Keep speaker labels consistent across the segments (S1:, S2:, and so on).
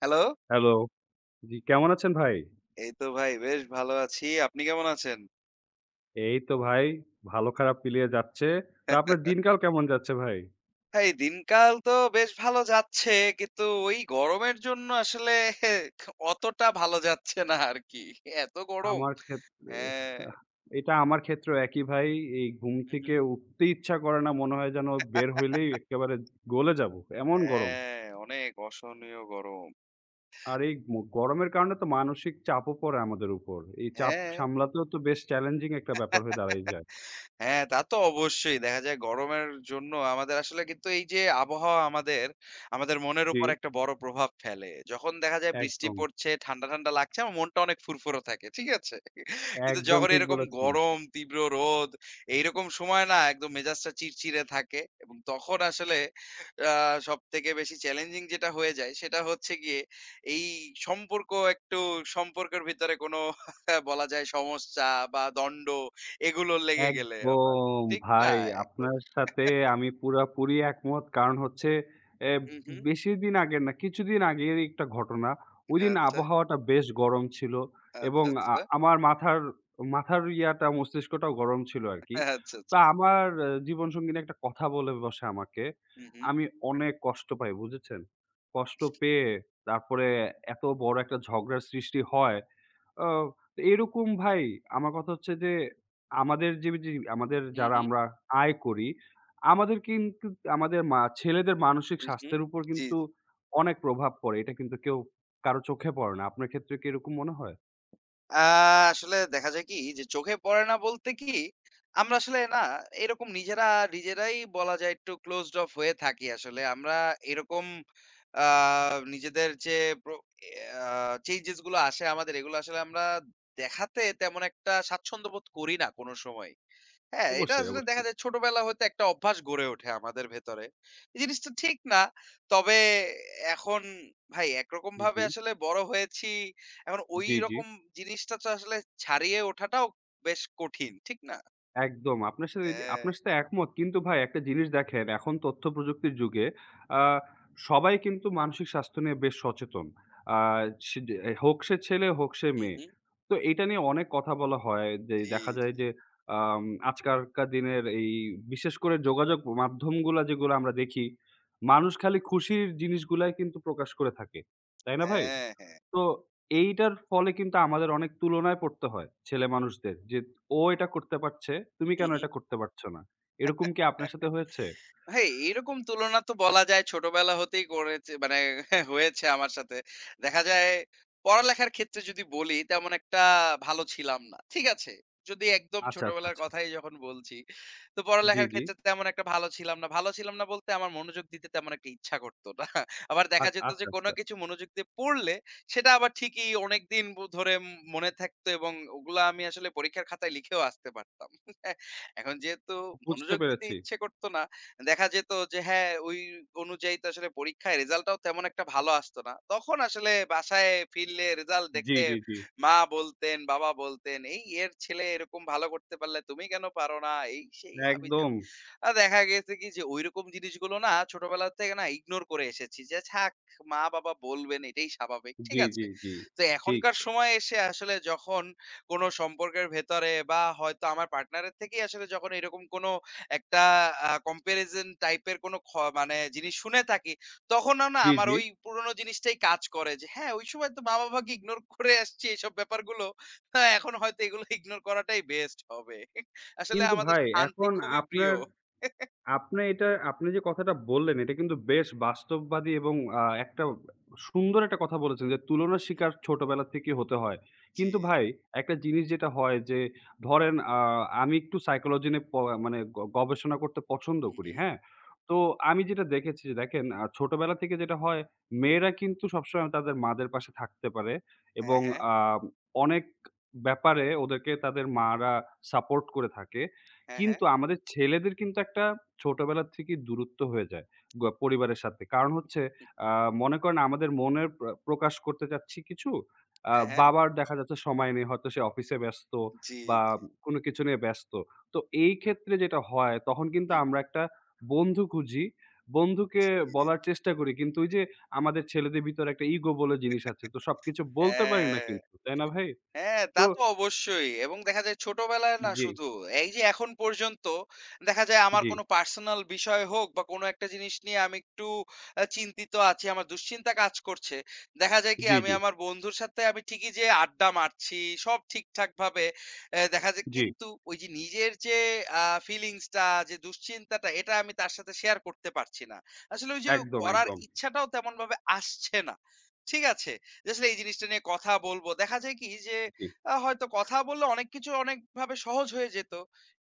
S1: Hello!
S2: Hello. জি, কেমন আছেন ভাই?
S1: এই তো ভাই বেশ ভালো আছি। আপনি কেমন আছেন?
S2: এই তো ভাই ভালো খারাপ মিলিয়ে যাচ্ছে। তো আপনার দিনকাল কেমন যাচ্ছে ভাই?
S1: এই দিনকাল তো বেশ ভালো যাচ্ছে। কিন্তু ওই গরমের জন্য আসলে অতটা ভালো যাচ্ছে না আরকি। এত গরম।
S2: আমার ক্ষেত্রে
S1: হ্যাঁ।
S2: আহ, এটা আমার ক্ষেত্রেও একই ভাই। এই ঘুম
S1: হু, হু।
S2: থেকে উঠতে ইচ্ছা করে না। মনে হয় যেন বের হইলেই একেবারে গলে যাবো। এমন গরম।
S1: হ্যাঁ, অনেক অসহনীয় গরম।
S2: আর এই গরমের কারণে তো মানসিক চাপও পড়ে আমাদের উপর। এই চাপ
S1: হ্যাঁ।
S2: সামলাতেও তো বেশ চ্যালেঞ্জিং একটা ব্যাপার হয়ে দাঁড়ায় যায়।
S1: হ্যাঁ, তা তো অবশ্যই। দেখা যায় গরমের জন্য আমাদের আসলে কিন্তু এই যে আবহাওয়া আমাদের মনের
S2: জি,
S1: উপর একটা বড় প্রভাব ফেলে। যখন দেখা যায় বৃষ্টি
S2: একদম।
S1: পড়ছে, ঠান্ডা, ঠান্ডা লাগছে, আমার মনটা অনেক ফুরফুরে থাকে। ঠিক আছে? কিন্তু
S2: একদম
S1: যখন
S2: ঠিক
S1: এরকম
S2: বলেছেন।
S1: গরম, তীব্র রোদ, এইরকম সময় না একদম মেজাজটা চিড়চিড়ে থাকে এবং তখন আসলে আ সবথেকে বেশি চ্যালেঞ্জিং যেটা হয়ে যায় সেটা হচ্ছে গিয়ে এই সম্পর্ক একটু সম্পর্কের ভিতরে কোনো বলা যায় সমস্যা বা দণ্ড এগুলো লেগে গেলে আবার।
S2: একদম
S1: ঠিক না?
S2: ভাই
S1: একদম।
S2: আপনার সাথে আমি পুরাপুরি একমত। কারণ হচ্ছে এ
S1: হুম, হুম।
S2: বেশি দিন আগের না, কিছুদিন আগের একটা ঘটনা। ওইদিন
S1: আচ্ছা,
S2: আবহাওয়াটা বেশ গরম ছিল এবং
S1: আচ্ছা, আচ্ছা।
S2: আমার মাথার মাথার ইয়াটা মস্তিষ্কটাও গরম ছিল আরকি।
S1: আচ্ছা,
S2: তো
S1: আচ্ছা।
S2: আমার জীবনসঙ্গিনী একটা কথা বলে বসে আমাকে।
S1: হুম, হুম,
S2: আমি অনেক কষ্ট পাই বুঝেছেন? কষ্ট পেয়ে তারপরে এত বড় একটা ঝগড়ার সৃষ্টি হয়। আ এরকম ভাই আমার কথা হচ্ছে যে, আমাদের যে যে আমাদের
S1: হুম,
S2: যারা
S1: হুম,
S2: আমরা আয় করি, আমাদের কিন্তু আমাদের ছেলেদের মানসিক
S1: হুম, হুম।
S2: স্বাস্থ্যের উপর
S1: জি, জি।
S2: কিন্তু অনেক প্রভাব পড়ে। এটা কিন্তু কেউ কারো চোখে পড়ে না। আপনার ক্ষেত্রে কি এরকম মনে হয়?
S1: আ আসলে দেখা যায় কি যে চোখে পড়ে না বলতে কি, আমরা আসলে না এরকম নিজেরাই বলা যায় একটু closed off হয়ে থাকি আসলে। আমরা এরকম আ নিজেদের যে প্রো আ চেঞ্জেস গুলো আসে আমাদের এগুলো আসলে আমরা দেখাতে তেমন একটা স্বাচ্ছন্দ্য বোধ করি না কোন সময়। হ্যাঁ, এটা
S2: অবশ্যই,
S1: আসলে দেখা
S2: অবশ্যই।
S1: যায় ছোটবেলা হতে একটা অভ্যাস গড়ে ওঠে আমাদের ভেতরে। এই জিনিসটা ঠিক না। তবে এখন ভাই একরকম ভাবে
S2: জি,
S1: আসলে বড় হয়েছি। এখন
S2: জি, জি।
S1: ঐরকম জিনিসটা তো আসলে ছাড়িয়ে ওঠাটাও বেশ কঠিন। ঠিক না?
S2: একদম।
S1: হ্যাঁ।
S2: আপনার সাথে একমত। কিন্তু ভাই একটা জিনিস দেখেন, এখন তথ্যপ্রযুক্তির যুগে আ সবাই কিন্তু মানসিক স্বাস্থ্য নিয়ে বেশ সচেতন। আ সে যে হোক সে ছেলে, হোক সে
S1: হু,
S2: মেয়ে।
S1: হু।
S2: তো এটা নিয়ে অনেক কথা বলা হয় যে
S1: জি,
S2: দেখা যায়
S1: জি।
S2: যে আম আজকালকার দিনের এই বিশেষ করে যোগাযোগ মাধ্যমগুলা যেগুলা আমরা দেখি, মানুষ খালি খুশির জিনিসগুলাই কিন্তু প্রকাশ করে থাকে। তাই না ভাই?
S1: হ্যাঁ, হ্যাঁ।
S2: তো এইটার ফলে কিন্তু আমাদের অনেক তুলনায় পড়তে হয় ছেলেমানুষদের। যে ও এটা করতে পারছে, তুমি
S1: হু,
S2: কেন
S1: হু।
S2: এটা করতে পারছ না? এরকম কি আপনার সাথে হয়েছে?
S1: হ্যাঁ, এইরকম তুলনা তো বলা যায় ছোটবেলা হতেই করেছে মানে হয়েছে আমার সাথে। দেখা যায় পড়ালেখার ক্ষেত্রে যদি বলি তেমন একটা ভালো ছিলাম না। ঠিক আছে? যদি একদম
S2: আচ্ছা,
S1: ছোটবেলার
S2: আচ্ছা, আচ্ছা।
S1: কথাই যখন বলছি। তো
S2: জি,
S1: পড়ালেখার
S2: জি।
S1: ক্ষেত্রে তেমন একটা ভালো ছিলাম না। ভালো ছিলাম না বলতে আমার মনোযোগ দিতে তেমন একটা ইচ্ছা করত না। আবার দেখা যেত
S2: আচ্ছা,
S1: যে কোন
S2: আচ্ছা।
S1: কিছু মনোযোগ দিয়ে পড়লে সেটা আবার ঠিকই অনেকদিন ধরে মনে থাকতো এবং ওগুলা আমি আসলে পরীক্ষার খাতায় লিখেও আসতে পারতাম। এখন যেহেতু
S2: বুঝতে
S1: মনোযোগ দিতে
S2: পেরেছি।
S1: ইচ্ছে করত না দেখা যেত যে হ্যাঁ, ওই অনুযায়ী তো আসলে পরীক্ষায় রেজাল্টটাও তেমন একটা ভালো আসতো না। তখন আসলে বাসায় ফিরলে রেজাল্ট
S2: জি,
S1: দেখে
S2: জি, জি।
S1: মা বলতেন, বাবা বলতেন, "এই এর ছেলে এরকম ভালো করতে পারলে তুমি কেন পারো না?" এই সেই
S2: একদম।
S1: হাবি-জাবি। দেখা গেছে কি যে ওইরকম জিনিসগুলো না ছোটবেলা থেকে না ইগনোর করে এসেছি যে, "থাক মা-বাবা বলবেন এটাই স্বাভাবিক।" ঠিক
S2: জি, জি,
S1: আছে?
S2: জি।
S1: তো
S2: ঠিক।
S1: এখনকার সময়ে এসে আসলে যখন কোনো সম্পর্কের ভেতরে বা হয়তো আমার পার্টনারের থেকেই আসলে যখন এরকম কোনো একটা comparison টাইপের কোনো মানে জিনিস শুনে থাকি, তখনও না
S2: জি,
S1: আমার
S2: জি।
S1: ওই পুরনো জিনিসটাই কাজ করে যে, হ্যাঁ, ওই সময় তো মা-বাবাকে ইগনোর করে আসছি এইসব ব্যাপারগুলো। হ্যাঁ, এখন হয়তো এগুলো ইগনোর করাটাই বেস্ট হবে। আসলে
S2: কিন্তু
S1: আমাদের
S2: ভাই
S1: শান্তি
S2: এখন
S1: খুবই প্রিয়।
S2: আপনার আপনি আপনি যে কথাটা বললেন, এটা কিন্তু বেশ বাস্তববাদী এবং একটা সুন্দর একটা কথা বলেছেন যে, তুলনার
S1: হুম,
S2: শিকার ছোটবেলা থেকেই হতে হয়।
S1: জি,
S2: কিন্তু
S1: জি।
S2: ভাই, একটা জিনিস যেটা হয় যে, ধরেন আমি একটু সাইকোলজি নিয়ে মানে গবেষণা করতে পছন্দ
S1: হুম,
S2: করি,
S1: হুম।
S2: হ্যাঁ? তো আমি যেটা দেখেছি যে দেখেন, ছোটবেলা থেকে যেটা হয়, মেয়েরা কিন্তু সবসময় তাদের মাদের পাশে থাকতে পারে
S1: হ্যাঁ,
S2: এবং
S1: হ্যাঁ।
S2: আ অনেক ব্যাপারে ওদেরকে তাদের মারা সাপোর্ট করে থাকে।
S1: হ্যাঁ, হ্যাঁ।
S2: কিন্তু আমাদের ছেলেদের কিন্তু একটা ছোটবেলা থেকেই দূরত্ব হয়ে যায় পরিবারের সাথে। কারণ হচ্ছে আ মনে করেন আমাদের মনের প্রকাশ করতে চাচ্ছি কিছু। আ
S1: হ্যাঁ, হ্যাঁ।
S2: বাবার দেখা যাচ্ছে সময় নেই। হয়তো সে অফিসে ব্যস্ত
S1: জি,
S2: বা
S1: জি।
S2: কোনো কিছু নিয়ে ব্যস্ত। তো এই ক্ষেত্রে যেটা হয় তখন কিন্তু
S1: হুম,
S2: আমরা একটা বন্ধু খুঁজি। বন্ধুকে
S1: জি।
S2: বলার চেষ্টা করি। কিন্তু ওই যে আমাদের ছেলেদের ভিতরে একটা ইগো বলে জিনিস আছে। তো সবকিছু বলতে পারি না
S1: হ্যাঁ।
S2: কিন্তু। তাই না ভাই?
S1: হ্যাঁ, তা
S2: তো
S1: তো অবশ্যই। এবং দেখা যায় ছোটবেলায় না
S2: জি,
S1: শুধু, এই যে এখন পর্যন্ত দেখা যায় আমার
S2: জি,
S1: কোনো পার্সোনাল বিষয় হোক বা কোনো একটা জিনিস নিয়ে আমি একটু চিন্তিত আছি, আমার দুশ্চিন্তা কাজ করছে। দেখা যায় কি
S2: জি,
S1: আমি
S2: জি,
S1: আমার বন্ধুর সাথে আমি ঠিকই যেয়ে আড্ডা মারছি, সব ঠিকঠাকভাবে এ দেখা যায়
S2: জি।
S1: কিন্তু ওই যে নিজের যে আ ফিলিংস টা, যে দুশ্চিন্তাটা এটা আমি তার সাথে শেয়ার করতে পারছি না। আসলে ওই যে
S2: একদম,
S1: করার
S2: একদম।
S1: ইচ্ছাটাও তেমনভাবে আসছে না। ঠিক আছে? আসলে এই জিনিসটা নিয়ে কথা বলবো। দেখা যায় কি যে
S2: জি।
S1: হয়তো কথা বললে অনেক কিছু অনেকভাবে সহজ হয়ে যেত।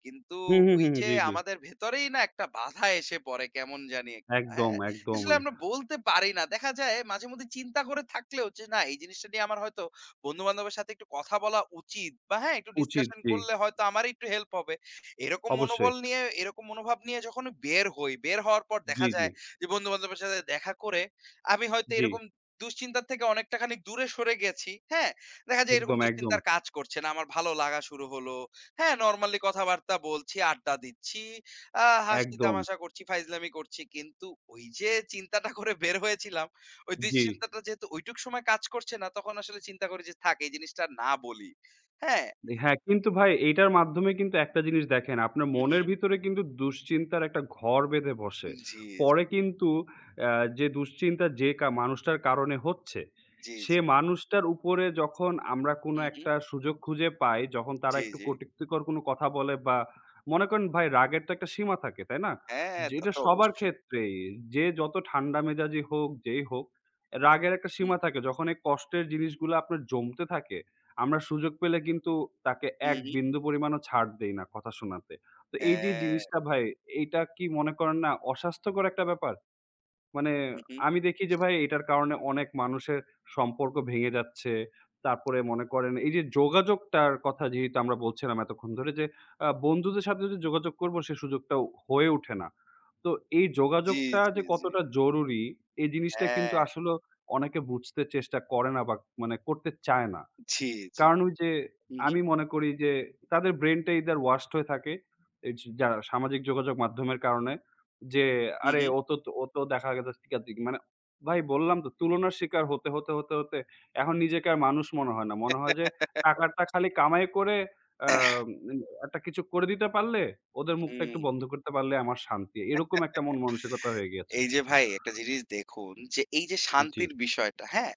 S1: কিন্তু
S2: হুম, হুম,
S1: ওই
S2: হুম,
S1: যে
S2: জি, জি।
S1: আমাদের ভেতরেই না একটা বাধা এসে পড়ে কেমন জানি একটা,
S2: একদম,
S1: হ্যাঁ?
S2: একদম
S1: আসলে আমরা বলতে পারি না। দেখা যায় মাঝেমধ্যে চিন্তা করে থাকলেও যে না এই জিনিসটা নিয়ে আমার হয়তো বন্ধু-বান্ধবের সাথে একটু কথা বলা উচিত বা হ্যাঁ, একটু
S2: উচিত।
S1: ডিসকাশন
S2: জি,
S1: করলে হয়তো আমারই একটু হেল্প হবে। এরকম
S2: অবশ্যই।
S1: মনোবল নিয়ে এরকম মনোভাব নিয়ে যখন বের হই, বের হওয়ার পর
S2: জি,
S1: দেখা
S2: জি,
S1: যায় যে বন্ধু-বান্ধবের সাথে দেখা করে আমি হয়তো
S2: জি।
S1: এরকম দুশ্চিন্তার থেকে অনেকটা খানিক দূরে সরে গেছি। হ্যাঁ? দেখা যায় এরকম
S2: একদম, একদম,
S1: দুশ্চিন্তার কাজ করছে না। আমার ভালো লাগা শুরু হলো। হ্যাঁ, নরমালি কথাবার্তা বলছি, আড্ডা দিচ্ছি।
S2: একদম।
S1: হাসি-তামাশা করছি, ফাইজলামি করছি। কিন্তু ওই যে চিন্তাটা করে বের হয়েছিলাম, ওই
S2: জি।
S1: দুশ্চিন্তাটা যেহেতু ওইটুক সময় কাজ করছে না, তখন আসলে চিন্তা করি যে, "থাক এই জিনিসটা আর না বলি।" হ্যাঁ?
S2: হ্যাঁ, কিন্তু ভাই এইটার মাধ্যমে কিন্তু একটা জিনিস দেখেন, আপনার
S1: হু, হু।
S2: মনের ভিতরে কিন্তু দুশ্চিন্তার একটা ঘর বেঁধে বসে।
S1: জি,
S2: পরে কিন্তু আ যে দুশ্চিন্তা যে মানুষটার কারণে হচ্ছে,
S1: জি, জি,
S2: সে
S1: জি।
S2: মানুষটার উপরে যখন আমরা কোনো
S1: হু, হু।
S2: একটা সুযোগ খুঁজে পাই, যখন তারা
S1: জি,
S2: একটু
S1: জি।
S2: কটূক্তিকর কোনো কথা বলে বা মনে করেন ভাই রাগের তো একটা সীমা থাকে, তাই না?
S1: হ্যাঁ, তা
S2: যেটা
S1: তো
S2: সবার
S1: অবশ্যই।
S2: ক্ষেত্রেই, যে যত ঠান্ডা মেজাজি হোক, যেই হোক, রাগের একটা
S1: হু,
S2: সীমা
S1: হু।
S2: থাকে। যখন এই কষ্টের জিনিসগুলো আপনার জমতে থাকে, আমরা সুযোগ পেলে কিন্তু তাকে
S1: হু,
S2: এক
S1: হু।
S2: বিন্দু পরিমাণও ছাড় দেই না কথা শোনাতে। তো এই যে
S1: হ্যাঁ।
S2: জিনিসটা ভাই, এইটা কি মনে করেন না অস্বাস্থ্যকর একটা ব্যাপার? মানে
S1: হু, হু।
S2: আমি দেখি যে ভাই এটার কারণে অনেক মানুষের সম্পর্ক ভেঙে যাচ্ছে। তারপরে মনে করেন এই যে যোগাযোগটার কথা যেহেতু আমরা বলছিলাম এতক্ষণ ধরে যে বন্ধুদের সাথে যে যোগাযোগ করব সে সুযোগটাও হয়ে ওঠে না। তো এই
S1: জি,
S2: যোগাযোগটা যে
S1: জি, জি।
S2: কতটা জরুরি এই জিনিসটা কিন্তু
S1: হ্যাঁ।
S2: আসলে অনেকে বুঝতে চেষ্টা করে না বা মানে করতে চায় না।
S1: জি, জি।
S2: কারণ ওই যে
S1: হু, হু,
S2: আমি মনে করি যে তাদের ব্রেইনটা either washed হয়ে থাকে এই যে যারা সামাজিক যোগাযোগ মাধ্যমের কারণে যে
S1: হু,
S2: আরে
S1: হু।
S2: ও তো দেখা গেছে টিকাটিকি মানে ভাই বললাম তো তুলনার শিকার হতে, হতে, হতে, হতে এখন নিজেকে আর মানুষ মনে হয় না। মনে হয় যে টাকাটা খালি কামাই করে আ একটা কিছু করে দিতে পারলে ওদের মুখটা একটু
S1: হুম,
S2: বন্ধ করতে পারলে আমার শান্তি। এরকম একটা মন মানসিকতা হয়ে গিয়েছে।
S1: এই যে ভাই একটা জিনিস দেখুন যে এই যে
S2: জি,
S1: শান্তির বিষয়টা, হ্যাঁ?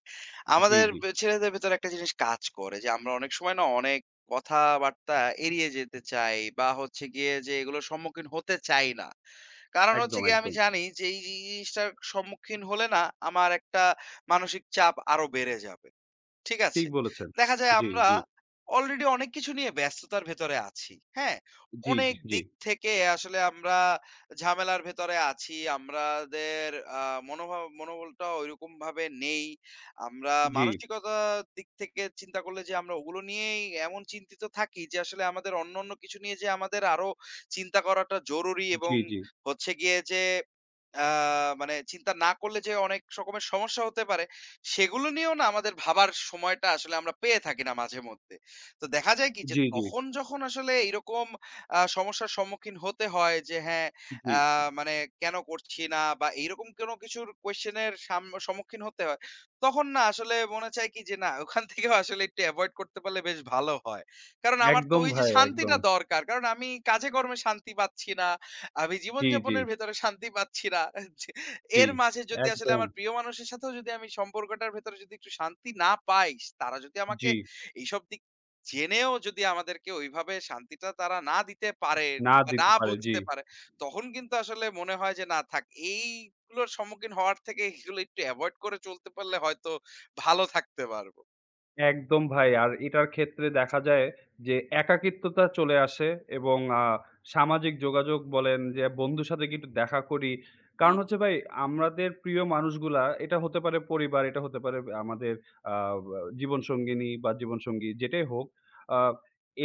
S2: জি,
S1: আমাদের
S2: জি।
S1: ছেলেদের ভেতরে একটা জিনিস কাজ করে যে আমরা অনেক সময় না অনেক কথাবার্তা এড়িয়ে যেতে চাই বা হচ্ছে গিয়ে যে এগুলোর সম্মুখীন হতে চাই না। কারণ হচ্ছে
S2: একদম,
S1: গিয়ে আমি
S2: একদম।
S1: জানি যে এই জিনিসটার সম্মুখীন হলে না আমার একটা মানসিক চাপ আরো বেড়ে যাবে। ঠিক
S2: ঠিক
S1: আছে?
S2: বলেছেন।
S1: দেখা যায়
S2: জি,
S1: আমরা
S2: জি,
S1: অলরেডি অনেক কিছু নিয়ে ব্যস্ততার ভেতরে আছি। হ্যাঁ?
S2: জি, জি,
S1: অনেক
S2: জি,
S1: দিক থেকে আসলে আমরা ঝামেলার ভেতরে আছি। আমাদের আ মনোবলটা ঐরকমভাবে নেই। আমরা
S2: জি,
S1: মানসিকতার দিক থেকে চিন্তা করলে যে আমরা ওগুলো নিয়েই এমন চিন্তিত থাকি যে আসলে আমাদের অন্যান্য কিছু নিয়ে যে আমাদের আরো চিন্তা করাটা জরুরি এবং
S2: জি, জি।
S1: হচ্ছে গিয়ে যে আ মানে চিন্তা না করলে যে অনেক রকমের সমস্যা হতে পারে সেগুলো নিয়েও না আমাদের ভাবার সময়টা আসলে আমরা পেয়ে থাকি না মাঝে মধ্যে। তো দেখা যায় কি যে
S2: জি, জি,
S1: তখন যখন আসলে এরকম সমস্যার সম্মুখীন হতে হয় যে হ্যাঁ,
S2: জি।
S1: আ মানে কেন করছি না বা এইরকম কোন কিছুর কোয়েশ্চেন এর সম্মুখীন হতে হয়, তখন না আসলে মনে চায় কি যে না ওখান থেকেও আসলে একটু এভয়েড করতে পারলে বেশ ভালো হয়। কারণ আমার তো
S2: একদম
S1: ওই যে
S2: ভাই, একদম।
S1: শান্তিটা দরকার। কারণ আমি কাজে কর্মে শান্তি পাচ্ছি না। আমি
S2: জি, জি,
S1: জীবনযাপনের ভেতরে শান্তি পাচ্ছি না। যে-
S2: জি।
S1: এর মাঝে যদি আসলে
S2: একদম।
S1: আমার প্রিয় মানুষের সাথেও যদি আমি সম্পর্কটার ভেতরে যদি একটু শান্তি না পাই, তারা যদি আমাকে
S2: জি।
S1: এইসব দিক জেনেও যদি আমাদেরকে ওইভাবে শান্তিটা তারা না দিতে পারেন
S2: না
S1: বা
S2: দিতে
S1: না
S2: পারে। জি।
S1: বুঝতে পারে, তখন কিন্তু আসলে মনে হয় যে না থাক এইগুলোর সম্মুখীন হওয়ার থেকে এগুলো একটু এভয়েড করে চলতে পারলে হয়তো ভালো থাকতে পারবো।
S2: একদম ভাই। আর এটার ক্ষেত্রে দেখা যায় যে একাকিত্বতা চলে আসে এবং সামাজিক যোগাযোগ বলেন যে বন্ধুর সাথে কিন্তু দেখা করি। কারণ
S1: হুম,
S2: হচ্ছে ভাই আমাদের প্রিয় মানুষগুলা এটা হতে পারে পরিবার, এটা হতে পারে আমাদের আ বা জীবনসঙ্গিনী বা জীবনসঙ্গী যেটাই হোক। আ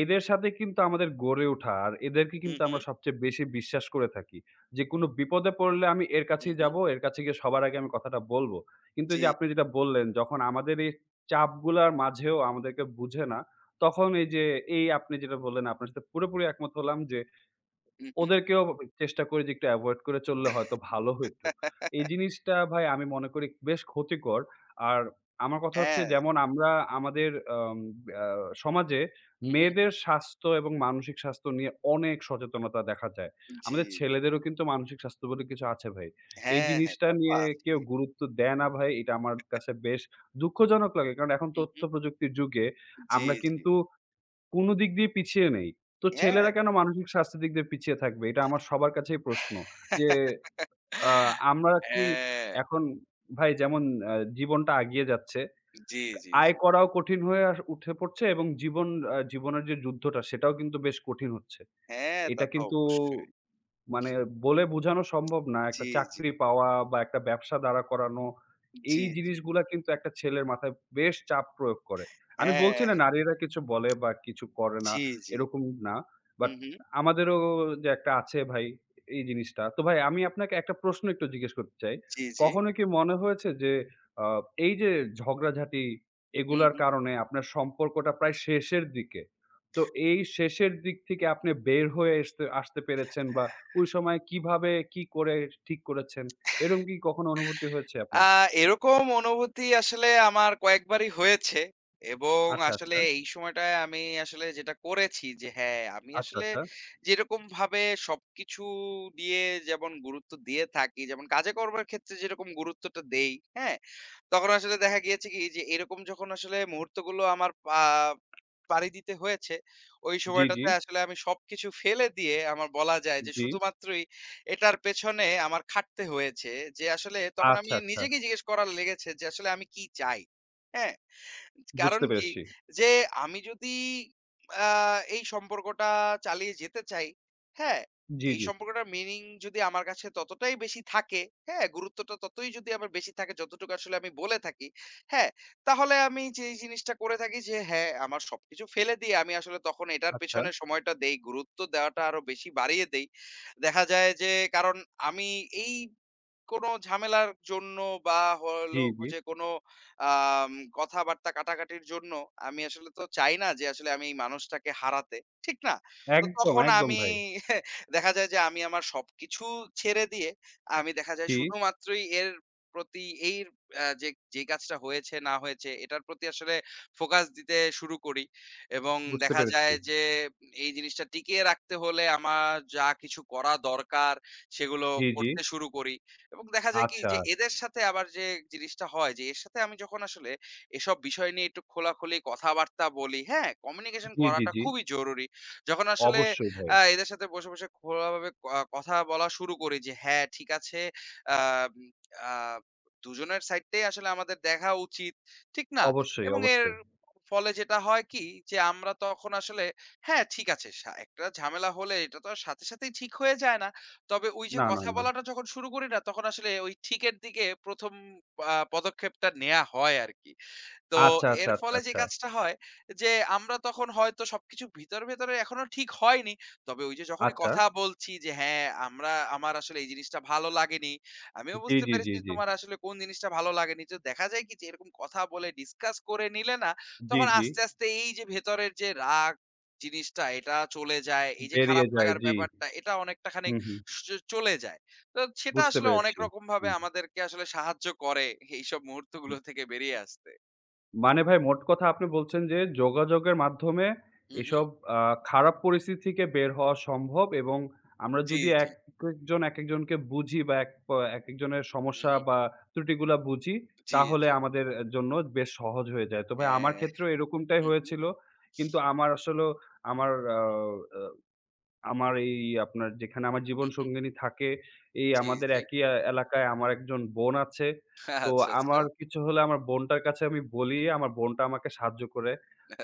S2: এদের সাথে কিন্তু আমাদের গড়ে ওঠা। আর এদেরকে
S1: হুম,
S2: কিন্তু
S1: হুম,
S2: আমরা সবচেয়ে বেশি বিশ্বাস করে থাকি। যে কোনো বিপদে পড়লে আমি এর
S1: হুম,
S2: কাছেই
S1: হুম,
S2: যাবো, এর কাছে গিয়ে সবার আগে আমি কথাটা বলব। কিন্তু এই
S1: জি,
S2: যে আপনি যেটা বললেন, যখন আমাদের এই চাপগুলার মাঝেও আমাদেরকে বুঝে না। তখন এই যে আপনি যেটা বললেন আপনার সাথে পুরোপুরি একমত হলাম যে
S1: হুম, হুম।
S2: ওদেরকেও চেষ্টা করি যে একটু এভয়েড করে চললে হয়তো ভালো হইতো। এই জিনিসটা ভাই আমি মনে করি বেশ ক্ষতিকর। আর আমার কথা হচ্ছে
S1: হ্যাঁ,
S2: যেমন আমরা আমাদের আম আ সমাজে
S1: হুম, হুম,
S2: মেয়েদের স্বাস্থ্য এবং মানসিক স্বাস্থ্য নিয়ে অনেক সচেতনতা দেখা যায়।
S1: জি।
S2: আমাদের ছেলেদেরও কিন্তু মানসিক স্বাস্থ্য বলে কিছু আছে ভাই। এই
S1: হ্যাঁ, হ্যাঁ,
S2: জিনিসটা
S1: তা তো
S2: নিয়ে কেউ
S1: আছেই।
S2: গুরুত্ব দেয় না ভাই। এটা আমার কাছে বেশ দুঃখজনক লাগে। কারণ এখন
S1: হুম,
S2: তথ্য
S1: হুম।
S2: প্রযুক্তির যুগে
S1: জি,
S2: আমরা
S1: জি।
S2: কিন্তু কোন দিক দিয়ে পিছিয়ে নেই। তো ছেলেরা
S1: হ্যাঁ।
S2: কেন মানসিক স্বাস্থ্যের দিক দিয়ে পিছিয়ে থাকবে? এটা আমার সবার কাছেই প্রশ্ন। যে আ আমরা কি
S1: হ্যাঁ।
S2: এখন ভাই যেমন জীবনটা আগিয়ে যাচ্ছে,
S1: জি, জি,
S2: আয়
S1: জি।
S2: করাও কঠিন হয়ে উঠে পড়ছে এবং জীবন জীবনের যে যুদ্ধটা সেটাও কিন্তু বেশ কঠিন হচ্ছে।
S1: হ্যাঁ, তা
S2: এটা
S1: তো
S2: কিন্তু
S1: অবশ্যই।
S2: মানে বলে বোঝানো সম্ভব না। একটা
S1: জি, জি,
S2: চাকরি পাওয়া বা একটা ব্যবসা দাঁড়া করানো, এই
S1: জি, জি।
S2: জিনিসগুলা কিন্তু একটা ছেলের মাথায় বেশ চাপ প্রয়োগ করে। আমি বলছি
S1: হ্যাঁ,
S2: না নারীরা কিছু বলে বা কিছু করে না,
S1: জি, জি।
S2: এরকম না। বাট
S1: হুম, হুম।
S2: আমাদেরও যে একটা আছে ভাই এই জিনিসটা। তো ভাই আমি আপনাকে একটা প্রশ্ন একটু জিজ্ঞেস করতে চাই।
S1: জি, জি।
S2: কখনো কি মনে হয়েছে যে আ এই যে ঝগড়াঝাটি
S1: হুম,
S2: এগুলার
S1: হুম।
S2: কারণে আপনার সম্পর্কটা প্রায় শেষের দিকে। তো এই শেষের দিক থেকে আপনি বের হয়ে আসতে আসতে পেরেছেন বা ওই সময় কিভাবে কি করে ঠিক করেছেন? এরকম কি কখনো অনুভূতি হয়েছে
S1: আ
S2: আপনার?
S1: এরকম অনুভূতি আসলে আমার কয়েকবারই হয়েছে এবং
S2: আচ্ছা, আচ্ছা,
S1: আসলে এই সময়টায় আমি আসলে যেটা করেছি যে হ্যাঁ, আমি
S2: আচ্ছা,
S1: আসলে
S2: আচ্ছা।
S1: যেরকমভাবে সবকিছু দিয়ে যেমন গুরুত্ব দিয়ে থাকি, যেমন কাজে কর্মের ক্ষেত্রে যেরকম গুরুত্বটা দেই, হ্যাঁ? তখন আসলে দেখা গিয়েছে কি যে এরকম যখন আসলে মুহূর্তগুলো আমার পাড়ি দিতে হয়েছে, ওই
S2: জি, জি,
S1: সময়টাতে আসলে আমি সবকিছু ফেলে দিয়ে আমার বলা যায় যে
S2: জি।
S1: শুধুমাত্রই এটার পেছনে আমার খাটতে হয়েছে যে আসলে তখন আমি
S2: আচ্ছা, আচ্ছা।
S1: নিজেকেই জিজ্ঞেস করা লেগেছে যে আসলে আমি কি চাই? হ্যাঁ?
S2: বুঝতে
S1: কারণ কি?
S2: পেরেছি।
S1: যে আমি যদি আ এই সম্পর্কটা চালিয়ে যেতে চাই, হ্যাঁ?
S2: জি,
S1: এই
S2: জি।
S1: সম্পর্কটার মিনিং যদি আমার কাছে ততটাই বেশি থাকে, হ্যাঁ? গুরুত্বটা ততই যদি আমার বেশি থাকে যতটুকু আসলে আমি বলে থাকি, হ্যাঁ? তাহলে আমি যে জিনিসটা করে থাকি যে হ্যাঁ, আমার সবকিছু ফেলে দিয়ে আমি আসলে তখন এটার
S2: আচ্ছা।
S1: পেছনে সময়টা দেই। গুরুত্ব দেওয়াটা আরো বেশি বাড়িয়ে দেই। দেখা যায় যে কারণ আমি এই কোনো ঝামেলার জন্য বা হলো
S2: জি, জি।
S1: যে কোনো আম কথাবার্তা কাটাকাটির জন্য আমি আসলে তো চাই না যে আসলে আমি এই মানুষটাকে হারাতে। ঠিক না? তো
S2: একদম,
S1: তখন
S2: একদম
S1: আমি
S2: ভাই।
S1: দেখা যায় যে আমি আমার সবকিছু ছেড়ে দিয়ে আমি দেখা যায়
S2: জি,
S1: শুধুমাত্রই এর প্রতি এর যে যে কাজটা হয়েছে না হয়েছে এটার প্রতি আসলে ফোকাস দিতে শুরু করি এবং
S2: বুঝতে
S1: দেখা
S2: পেরেছি।
S1: যায় যে এই জিনিসটা টিকিয়ে রাখতে হলে আমার যা কিছু করা দরকার সেগুলো
S2: জি, জি।
S1: করতে শুরু করি। এবং দেখা যায় কি
S2: আচ্ছা।
S1: যে এদের সাথে আবার যে জিনিসটা হয় যে এর সাথে আমি যখন আসলে এসব বিষয় নিয়ে একটু খোলাখুলি কথাবার্তা বলি হ্যাঁ কমিউনিকেশন
S2: জি, জি,
S1: করাটা
S2: জি।
S1: খুবই জরুরি যখন আসলে
S2: অবশ্যই ভাই।
S1: এদের সাথে বসে বসে খোলাভাবে কথা বলা শুরু করি যে হ্যাঁ ঠিক আছে আহ, উম, আহ, দুজনের সাইডটাই আসলে আমাদের দেখা উচিত ঠিক না
S2: অবশ্যই,
S1: এবং এর
S2: অবশ্যই।
S1: ফলে যেটা হয় কি যে আমরা তখন আসলে হ্যাঁ ঠিক আছে একটা ঝামেলা হলে এটা তো আর সাথে সাথেই ঠিক হয়ে যায় না তবে ওই যে
S2: না, না,
S1: কথা
S2: না।
S1: বলাটা যখন শুরু করি না, তখন আসলে ওই ঠিকের দিকে ১ম পদক্ষেপটা নেয়া হয় আরকি। তো
S2: আচ্ছা,
S1: এর
S2: আচ্ছা, আচ্ছা,
S1: ফলে যে
S2: আচ্ছা।
S1: কাজটা হয় যে আমরা তখন হয়তো সবকিছু ভিতরে, ভেতরে এখনো ঠিক হয়নি। তবে ওই যে যখনই
S2: আচ্ছা।
S1: কথা বলছি যে হ্যাঁ, আমরা আমার আসলে এই জিনিসটা ভালো লাগেনি। আমিও
S2: জি,
S1: বুঝতে
S2: জি,
S1: পেরেছি
S2: জি,
S1: যে
S2: জি।
S1: তোমার আসলে কোন জিনিসটা ভালো লাগেনি। তো দেখা যায় কি যে এরকম কথা বলে ডিসকাস করে নিলে না
S2: জি,
S1: তখন
S2: জি।
S1: আস্তে, আস্তে এই যে ভেতরের যে রাগ জিনিসটা এটা চলে যায়। এই যে
S2: বেরিয়ে
S1: খারাপ
S2: যায়।
S1: লাগার
S2: জি।
S1: ব্যাপারটা এটা অনেকটা খানিক
S2: হুম, হুম।
S1: স চলে যায়। তো সেটা
S2: বুঝতে
S1: আসলে অনেক
S2: পেরেছি।
S1: রকমভাবে
S2: হুম।
S1: আমাদেরকে আসলে সাহায্য করে এইসব মুহূর্তগুলো থেকে বেরিয়ে আসতে।
S2: মানে ভাই মোট কথা আপনি বলছেন যে যোগাযোগের মাধ্যমে
S1: হু, হু।
S2: এসব আ খারাপ পরিস্থিতি থেকে বের হওয়া সম্ভব এবং আমরা
S1: জি,
S2: যদি
S1: জি।
S2: একেকজন একেকজনকে বুঝি বা এক প একেকজনের
S1: হু,
S2: সমস্যা
S1: হু।
S2: বা ত্রুটিগুলা বুঝি
S1: জি,
S2: তাহলে
S1: জি।
S2: আমাদের এ জন্য বেশ সহজ হয়ে যায়। তো ভাই আমার
S1: হ্যাঁ।
S2: ক্ষেত্রেও এরকমটাই
S1: হু, হু,
S2: হয়েছিল। কিন্তু আমার আসলেও আমার আ আ আমার এই আপনার যেখানে আমার
S1: হু, হু।
S2: জীবনসঙ্গিনী থাকে, এই
S1: জি,
S2: আমাদের
S1: জি।
S2: একই এলাকায় আমার একজন বোন আছে। তো
S1: আচ্ছা, আচ্ছা।
S2: আমার কিছু হলে আমার বোনটার কাছে আমি বলি, আমার বোনটা আমাকে সাহায্য করে।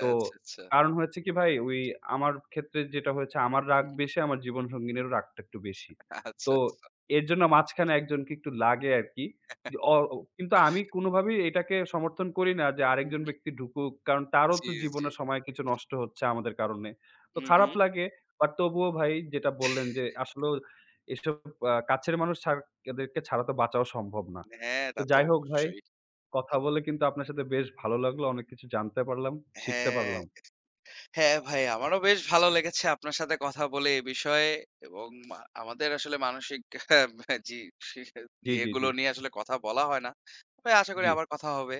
S2: তো
S1: আচ্ছা।
S2: কারণ হয়েছে কি ভাই, ওই আমার ক্ষেত্রে যেটা হয়েছে আমার
S1: হু,
S2: রাগ
S1: হু।
S2: বেশি, আমার জীবনসঙ্গিনীরও রাগটা একটু বেশি। তো
S1: আচ্ছা, আচ্ছা।
S2: এর জন্য মাঝখানে একজনকে একটু লাগে আরকি। কি কি- অ ও কিন্তু আমি কোনোভাবেই এটাকে সমর্থন করি না যে
S1: হু,
S2: আরেকজন
S1: হু।
S2: ব্যক্তি ঢুকুক। কারণ তারও
S1: জি,
S2: তো
S1: জি।
S2: জীবনের সময় কিছু নষ্ট হচ্ছে আমাদের কারণে। তো
S1: হু, হু।
S2: খারাপ লাগে। বাট তবুও ভাই যেটা বললেন যে আসলেও এসব কাছের মানুষ ছাড় এদেরকে ছাড়া তো বাঁচাও সম্ভব না।
S1: হ্যাঁ,
S2: তো
S1: তা তো
S2: যাই হোক ভাই,
S1: অবশ্যই।
S2: কথা বলে কিন্তু আপনার সাথে বেশ ভালো লাগলো। অনেক কিছু জানতে পারলাম, শিখতে
S1: হ্যাঁ,
S2: পারলাম।
S1: হ্যাঁ ভাই আমারও বেশ ভালো লেগেছে আপনার সাথে কথা বলে এ বিষয়ে এবং মা আমাদের আসলে মানসিক জি
S2: জি, জি, জি,
S1: ইয়েগুলো নিয়ে আসলে কথা বলা হয় না। তবে আশা করি
S2: জি।
S1: আবার কথা হবে।